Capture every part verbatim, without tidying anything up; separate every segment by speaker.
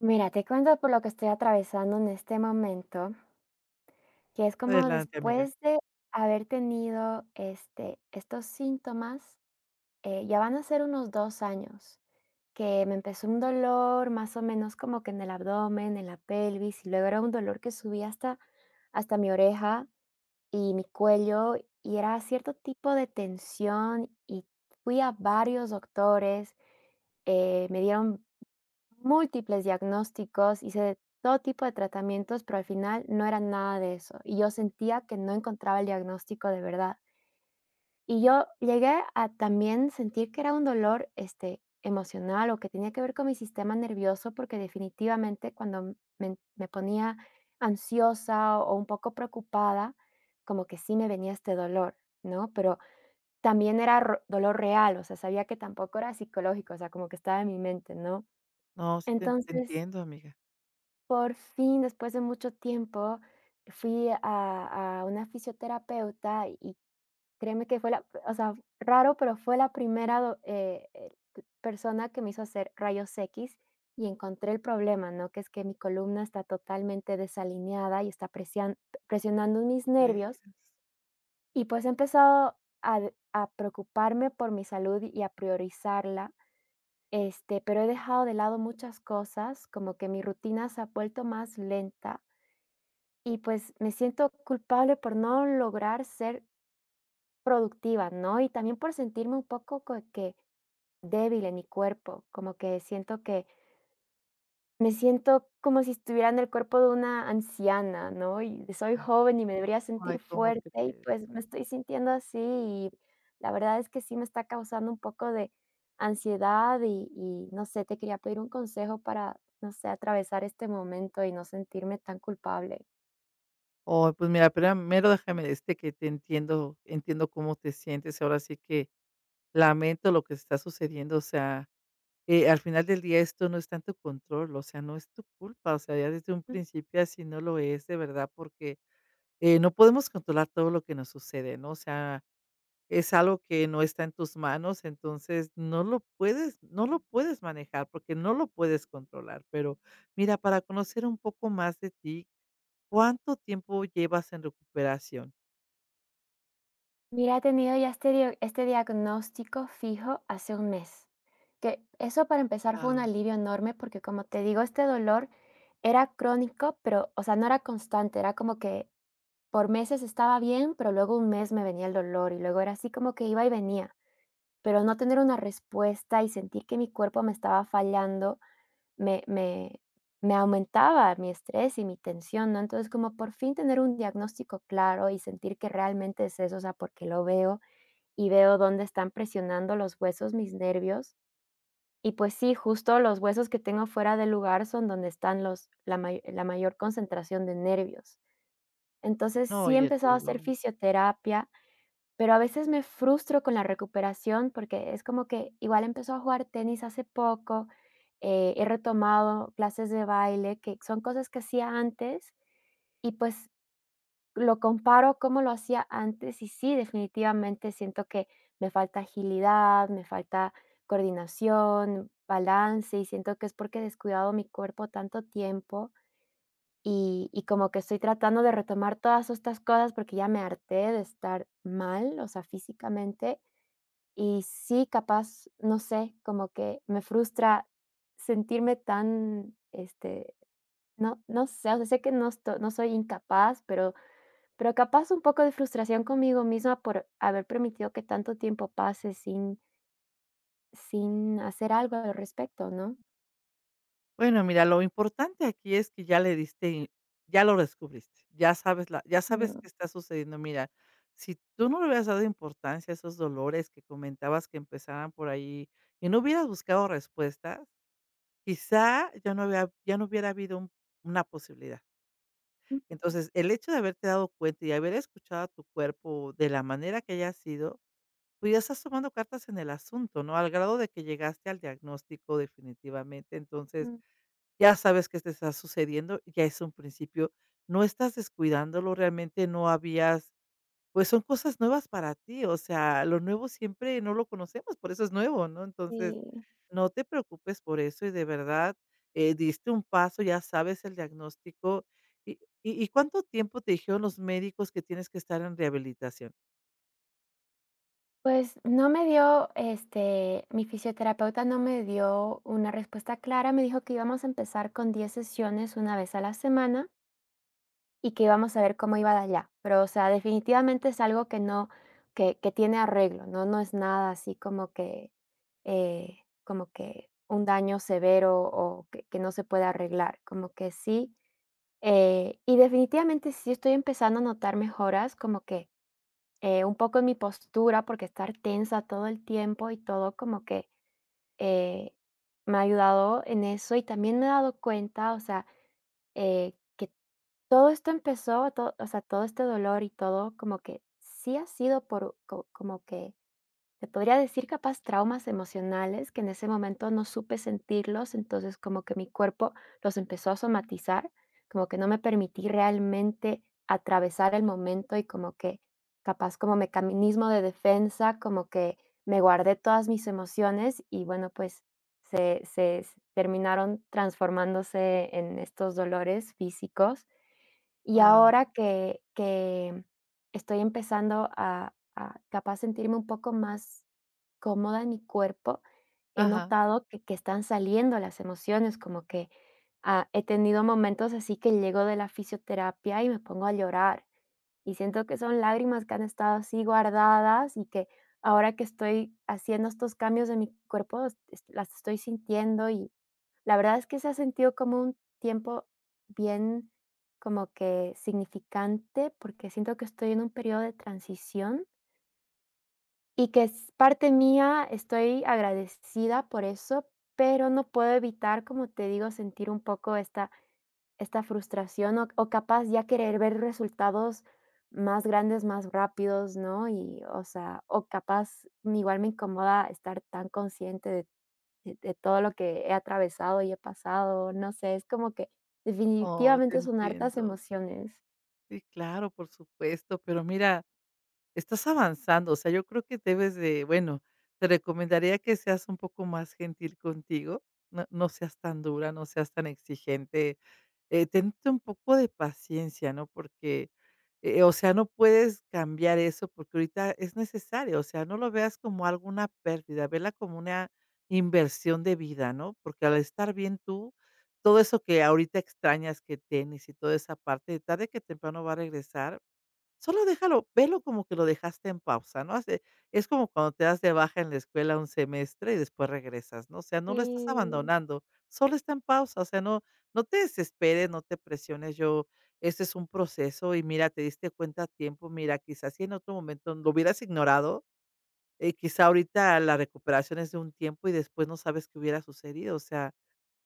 Speaker 1: Mira, te cuento por lo que estoy atravesando en este momento, que es como
Speaker 2: Adelante, amiga.
Speaker 1: después de haber tenido este, estos síntomas, eh, ya van a ser unos dos años, que me empezó un dolor más o menos como que en el abdomen, en la pelvis, y luego era un dolor que subía hasta, hasta mi oreja y mi cuello, y era cierto tipo de tensión. Y fui a varios doctores. Eh, me dieron múltiples diagnósticos, hice todo tipo de tratamientos, pero al final no era nada de eso. Y yo sentía que no encontraba el diagnóstico de verdad. Y yo llegué a también sentir que era un dolor, este, emocional, o que tenía que ver con mi sistema nervioso, porque definitivamente cuando me, me ponía ansiosa o un poco preocupada, como que sí me venía este dolor, ¿no? Pero también era ro- dolor real, o sea, sabía que tampoco era psicológico, o sea, como que estaba en mi mente, ¿no?
Speaker 2: No, sí te, te
Speaker 1: Entonces,
Speaker 2: entiendo, amiga.
Speaker 1: por fin, después de mucho tiempo, fui a a una fisioterapeuta y créeme que fue la, o sea, raro, pero fue la primera do eh, eh, p persona que me hizo hacer rayos X y encontré el problema, ¿no? Que es que mi columna está totalmente desalineada y está presian presionando mis
Speaker 2: ¿Cómo
Speaker 1: nervios.
Speaker 2: crees?
Speaker 1: Y pues he empezado a d a preocuparme por mi salud y a priorizarla. Este, pero he dejado de lado muchas cosas, como que mi rutina se ha vuelto más lenta y pues me siento culpable por no lograr ser productiva, ¿no? Y también por sentirme un poco co- que débil en mi cuerpo, como que siento que me siento como si estuviera en el cuerpo de una anciana, ¿no? Y soy
Speaker 2: Ay,
Speaker 1: joven y me debería sentir
Speaker 2: ay, ¿cómo
Speaker 1: fuerte y
Speaker 2: crees?
Speaker 1: pues me estoy sintiendo así. Y la verdad es que sí me está causando un poco de ansiedad y, y no sé, te quería pedir un consejo para, no sé, atravesar este momento y no sentirme tan culpable.
Speaker 2: Oh, pues mira, primero déjame decirte que te entiendo, entiendo cómo te sientes. Ahora sí que lamento lo que está sucediendo. O sea, eh, al final del día esto no está en tu control, o sea, no es tu culpa. O sea, ya desde un principio así no lo es, de verdad, porque eh, no podemos controlar todo lo que nos sucede, ¿no? O sea, es algo que no está en tus manos, entonces no lo puedes no lo puedes manejar, porque no lo puedes controlar. Pero mira, para conocer un poco más de ti, ¿cuánto tiempo llevas en recuperación?
Speaker 1: Mira, he tenido ya este dio este diagnóstico fijo hace un mes, que eso para empezar fue un
Speaker 2: Guau.
Speaker 1: alivio enorme, porque como te digo, este dolor era crónico, pero, o sea, no era constante. Era como que por meses estaba bien, pero luego un mes me venía el dolor, y luego era así como que iba y venía, pero no tener una respuesta y sentir que mi cuerpo me estaba fallando, me me me aumentaba mi estrés y mi tensión, ¿no? Entonces, como por fin tener un diagnóstico claro y sentir que realmente es eso, o sea, porque lo veo y veo dónde están presionando los huesos mis nervios. Y pues sí, justo los huesos que tengo fuera de lugar son donde están los la may la mayor concentración de nervios. Entonces,
Speaker 2: No,
Speaker 1: sí he
Speaker 2: y el
Speaker 1: empezado a hacer
Speaker 2: dolor.
Speaker 1: fisioterapia, pero a veces me frustro con la recuperación porque es como que igual empezó a jugar tenis hace poco. Eh, he retomado clases de baile, que son cosas que hacía antes y, pues, lo comparo cómo lo hacía antes y sí, definitivamente siento que me falta agilidad, me falta coordinación, balance, y siento que es porque he descuidado mi cuerpo tanto tiempo y y como que estoy tratando de retomar todas estas cosas porque ya me harté de estar mal, o sea, físicamente. Y sí, capaz, no sé, como que me frustra sentirme tan, este, no no sé, o sea, sé que no, esto no soy incapaz, pero pero capaz un poco de frustración conmigo misma por haber permitido que tanto tiempo pase sin sin hacer algo al respecto, ¿no?
Speaker 2: Bueno, mira, lo importante aquí es que ya le diste in- ya lo descubriste, ya sabes la ya sabes
Speaker 1: Ujú,
Speaker 2: qué está sucediendo. Mira, si tú no le hubieras dado importancia a esos dolores que comentabas que empezaban por ahí y no hubieras buscado respuestas, quizá ya no había ya no hubiera habido un una posibilidad. Entonces, el hecho de haberte dado cuenta y haber escuchado a tu cuerpo de la manera que haya sido, pues, ya estás tomando cartas en el asunto, ¿no? Al grado de que llegaste al diagnóstico definitivamente, entonces,
Speaker 1: ujú.
Speaker 2: ya sabes que te está sucediendo, ya es un principio. No estás descuidándolo, realmente no habías, pues son cosas nuevas para ti, o sea, lo nuevo siempre no lo conocemos, por eso es nuevo, ¿no? Entonces,
Speaker 1: Sí,
Speaker 2: no te preocupes por eso y de verdad, eh, diste un paso, ya sabes el diagnóstico. ¿Y, y, y cuánto tiempo te dijeron los médicos que tienes que estar en rehabilitación?
Speaker 1: pues no me dio, este, mi fisioterapeuta no me dio una respuesta clara, me dijo que íbamos a empezar con diez sesiones una vez a la semana, y que íbamos a ver cómo iba de allá. Pero, o sea, definitivamente es algo que no, que que tiene arreglo, ¿no? No es nada así como que, eh, como que un daño severo o que que no se puede arreglar, como que sí. Eh, y definitivamente sí estoy empezando a notar mejoras, como que, eh, un poco en mi postura, porque estar tensa todo el tiempo y todo como que, eh, me ha ayudado en eso, y también me he dado cuenta, o sea, eh, que todo esto empezó, to o sea, todo este dolor y todo como que sí ha sido por co como que te podría decir capaz traumas emocionales que en ese momento no supe sentirlos, entonces como que mi cuerpo los empezó a somatizar, como que no me permití realmente atravesar el momento y como que capaz como mecanismo de defensa, como que me guardé todas mis emociones y bueno, pues se, se s- terminaron transformándose en estos dolores físicos y
Speaker 2: Guau,
Speaker 1: ahora que que estoy empezando a a capaz sentirme un poco más cómoda en mi cuerpo, he
Speaker 2: ajá.
Speaker 1: notado que que están saliendo las emociones, como que, ah, he tenido momentos así que llego de la fisioterapia y me pongo a llorar. Y siento que son lágrimas que han estado así guardadas y que ahora que estoy haciendo estos cambios en mi cuerpo, es es las estoy sintiendo. Y la verdad es que se ha sentido como un tiempo bien, como que significante, porque siento que estoy en un periodo de transición y que es parte mía, estoy agradecida por eso, pero no puedo evitar, como te digo, sentir un poco esta esta frustración o o capaz ya querer ver resultados más grandes, más rápidos, ¿no? Y, o sea, o capaz me, igual me incomoda estar tan consciente de de de todo lo que he atravesado y he pasado, no sé, es como que
Speaker 2: Oh, te
Speaker 1: definitivamente son hartas
Speaker 2: entiendo.
Speaker 1: emociones.
Speaker 2: Sí, claro, por supuesto, pero mira, estás avanzando, o sea, yo creo que debes de, bueno, te recomendaría que seas un poco más gentil contigo, no, no seas tan dura, no seas tan exigente. Eh, tente un poco de paciencia, ¿no? Porque, eh, o sea, no puedes cambiar eso porque ahorita es necesario, o sea, no lo veas como alguna pérdida, vela como una inversión de vida, ¿no? Porque al estar bien tú, todo eso que ahorita extrañas, que tenis y toda esa parte, tarde que temprano va a regresar. Solo déjalo, velo como que lo dejaste en pausa, ¿no? Hace Es como cuando te das de baja en la escuela un semestre y después regresas, ¿no? O sea, no lo estás
Speaker 1: Sí,
Speaker 2: abandonando, solo está en pausa, o sea, no no te desesperes, no te presiones. Yo Este es un proceso y mira, te diste cuenta a tiempo, mira, quizás si en otro momento lo hubieras ignorado, eh, quizá ahorita la recuperación es de un tiempo y después no sabes qué hubiera sucedido, o sea,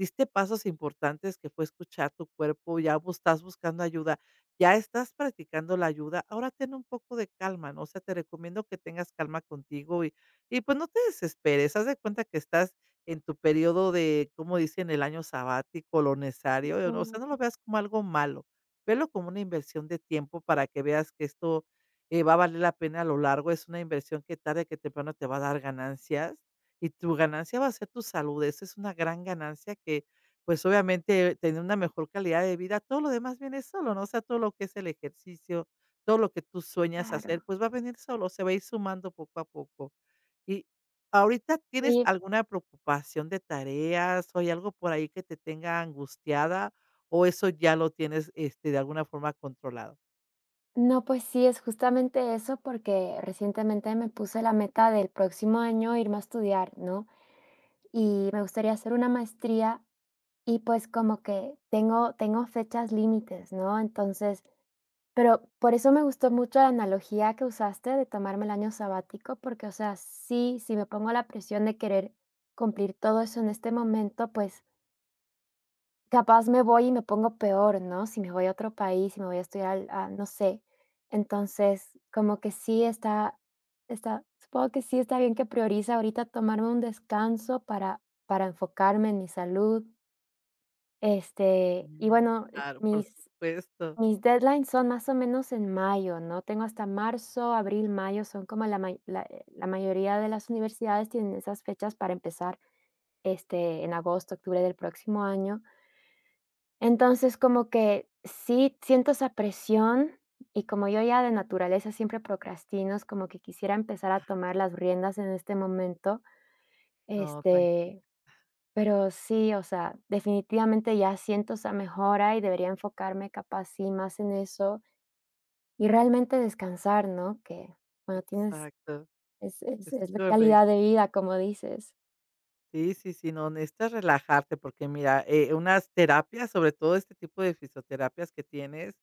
Speaker 2: diste pasos importantes que fue escuchar tu cuerpo, ya bus estás buscando ayuda, ya estás practicando la ayuda, ahora ten un poco de calma, ¿no? O sea, te recomiendo que tengas calma contigo y y pues no te desesperes, haz de cuenta que estás en tu periodo de, como dicen, el año sabático, lo necesario, eh, o sea, no lo
Speaker 1: mm,
Speaker 2: veas como algo malo, velo como una inversión de tiempo para que veas que esto, eh, va a valer la pena a lo largo, es una inversión que tarde que temprano te va a dar ganancias y tu ganancia va a ser tu salud, esa es una gran ganancia que, pues, obviamente, tener una mejor calidad de vida, todo lo demás viene solo, ¿no? O sea, todo lo que es el ejercicio, todo lo que tú sueñas hacer,
Speaker 1: claro.
Speaker 2: pues, va a venir solo, se va a ir sumando poco a poco. Y ahorita, ¿tienes
Speaker 1: Oye,
Speaker 2: alguna preocupación de tareas, o hay algo por ahí que te tenga angustiada, o eso ya lo tienes, este, de alguna forma controlado?
Speaker 1: no, pues sí, es justamente eso, porque recientemente me puse la meta del próximo año irme a estudiar, ¿no? Y me gustaría hacer una maestría. Y, pues, como que tengo tengo fechas límites, ¿no? Entonces, pero por eso me gustó mucho la analogía que usaste de tomarme el año sabático, porque, o sea, sí, si me pongo la presión de querer cumplir todo eso en este momento, pues, capaz me voy y me pongo peor, ¿no? Si me voy a otro país, si me voy a estudiar al- a, no sé. Entonces, como que sí está está supongo que sí está bien que prioriza ahorita tomarme un descanso para para enfocarme en mi salud. Este, y
Speaker 2: Sí,
Speaker 1: bueno, eh,
Speaker 2: claro, por
Speaker 1: mis
Speaker 2: supuesto.
Speaker 1: mis deadlines son más o menos en mayo, ¿no? Tengo hasta marzo, abril, mayo, son como la may la, eh, la mayoría de las universidades tienen esas fechas para empezar, este, en agosto, octubre del próximo año. Entonces, como que sí siento esa presión y como yo ya de naturaleza siempre procrastino, es como que quisiera empezar a tomar las riendas en este momento.
Speaker 2: No, tranquilo.
Speaker 1: este pero sí, o sea, definitivamente ya siento esa mejora y debería enfocarme capaz sí más en eso y realmente descansar, ¿no? Que, bueno, tienes,
Speaker 2: Exacto,
Speaker 1: es, es,
Speaker 2: es
Speaker 1: es la
Speaker 2: correcto.
Speaker 1: calidad de vida, como dices.
Speaker 2: Sí, sí, sí, no, necesitas relajarte porque mira, eh, unas terapias, sobre todo este tipo de fisioterapias que tienes,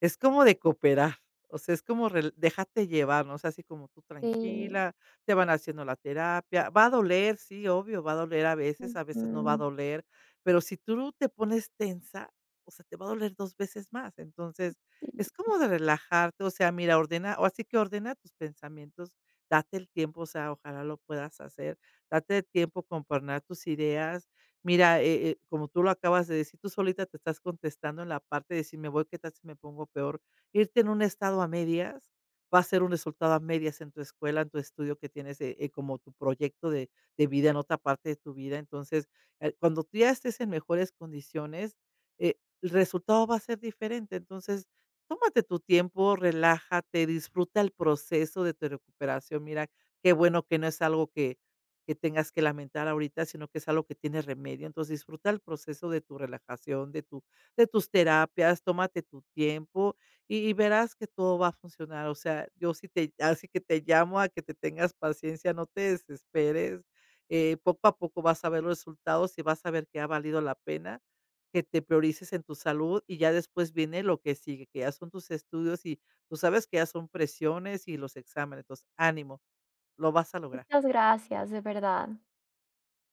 Speaker 2: es como de cooperar, o sea, es como rel déjate llevar, ¿no? O sea, así como tú
Speaker 1: Sí,
Speaker 2: tranquila, te van haciendo la terapia, va a doler, sí, obvio, va a doler a veces, a veces no va a
Speaker 1: ujú,
Speaker 2: doler, pero si tú te pones tensa, o sea, te va a doler dos veces más. Entonces,
Speaker 1: sí.
Speaker 2: es como de relajarte, o sea, mira, ordena o así que ordena tus pensamientos, date el tiempo, o sea, ojalá lo puedas hacer, date el tiempo, componer tus ideas. Mira, eh eh, como tú lo acabas de decir, tú solita te estás contestando en la parte de si me voy, qué tal si me pongo peor. Irte en un estado a medias va a ser un resultado a medias en tu escuela, en tu estudio que tienes, eh eh, como tu proyecto de de vida en otra parte de tu vida. Entonces, eh, cuando tú ya estés en mejores condiciones, eh, el resultado va a ser diferente. Entonces, tómate tu tiempo, relájate, disfruta el proceso de tu recuperación. Mira, qué bueno que no es algo que que tengas que lamentar ahorita, sino que es algo que tiene remedio. Entonces, disfruta el proceso de tu relajación, de tu de tus terapias, tómate tu tiempo y y verás que todo va a funcionar. O sea, yo sí te así que te llamo a que te tengas paciencia, no te desesperes, eh, poco a poco vas a ver los resultados y vas a ver que ha valido la pena, que te priorices en tu salud y ya después viene lo que sigue, que ya son tus estudios y tú sabes que ya son presiones y los exámenes. Entonces, ánimo, lo vas a lograr.
Speaker 1: Muchas gracias, de verdad.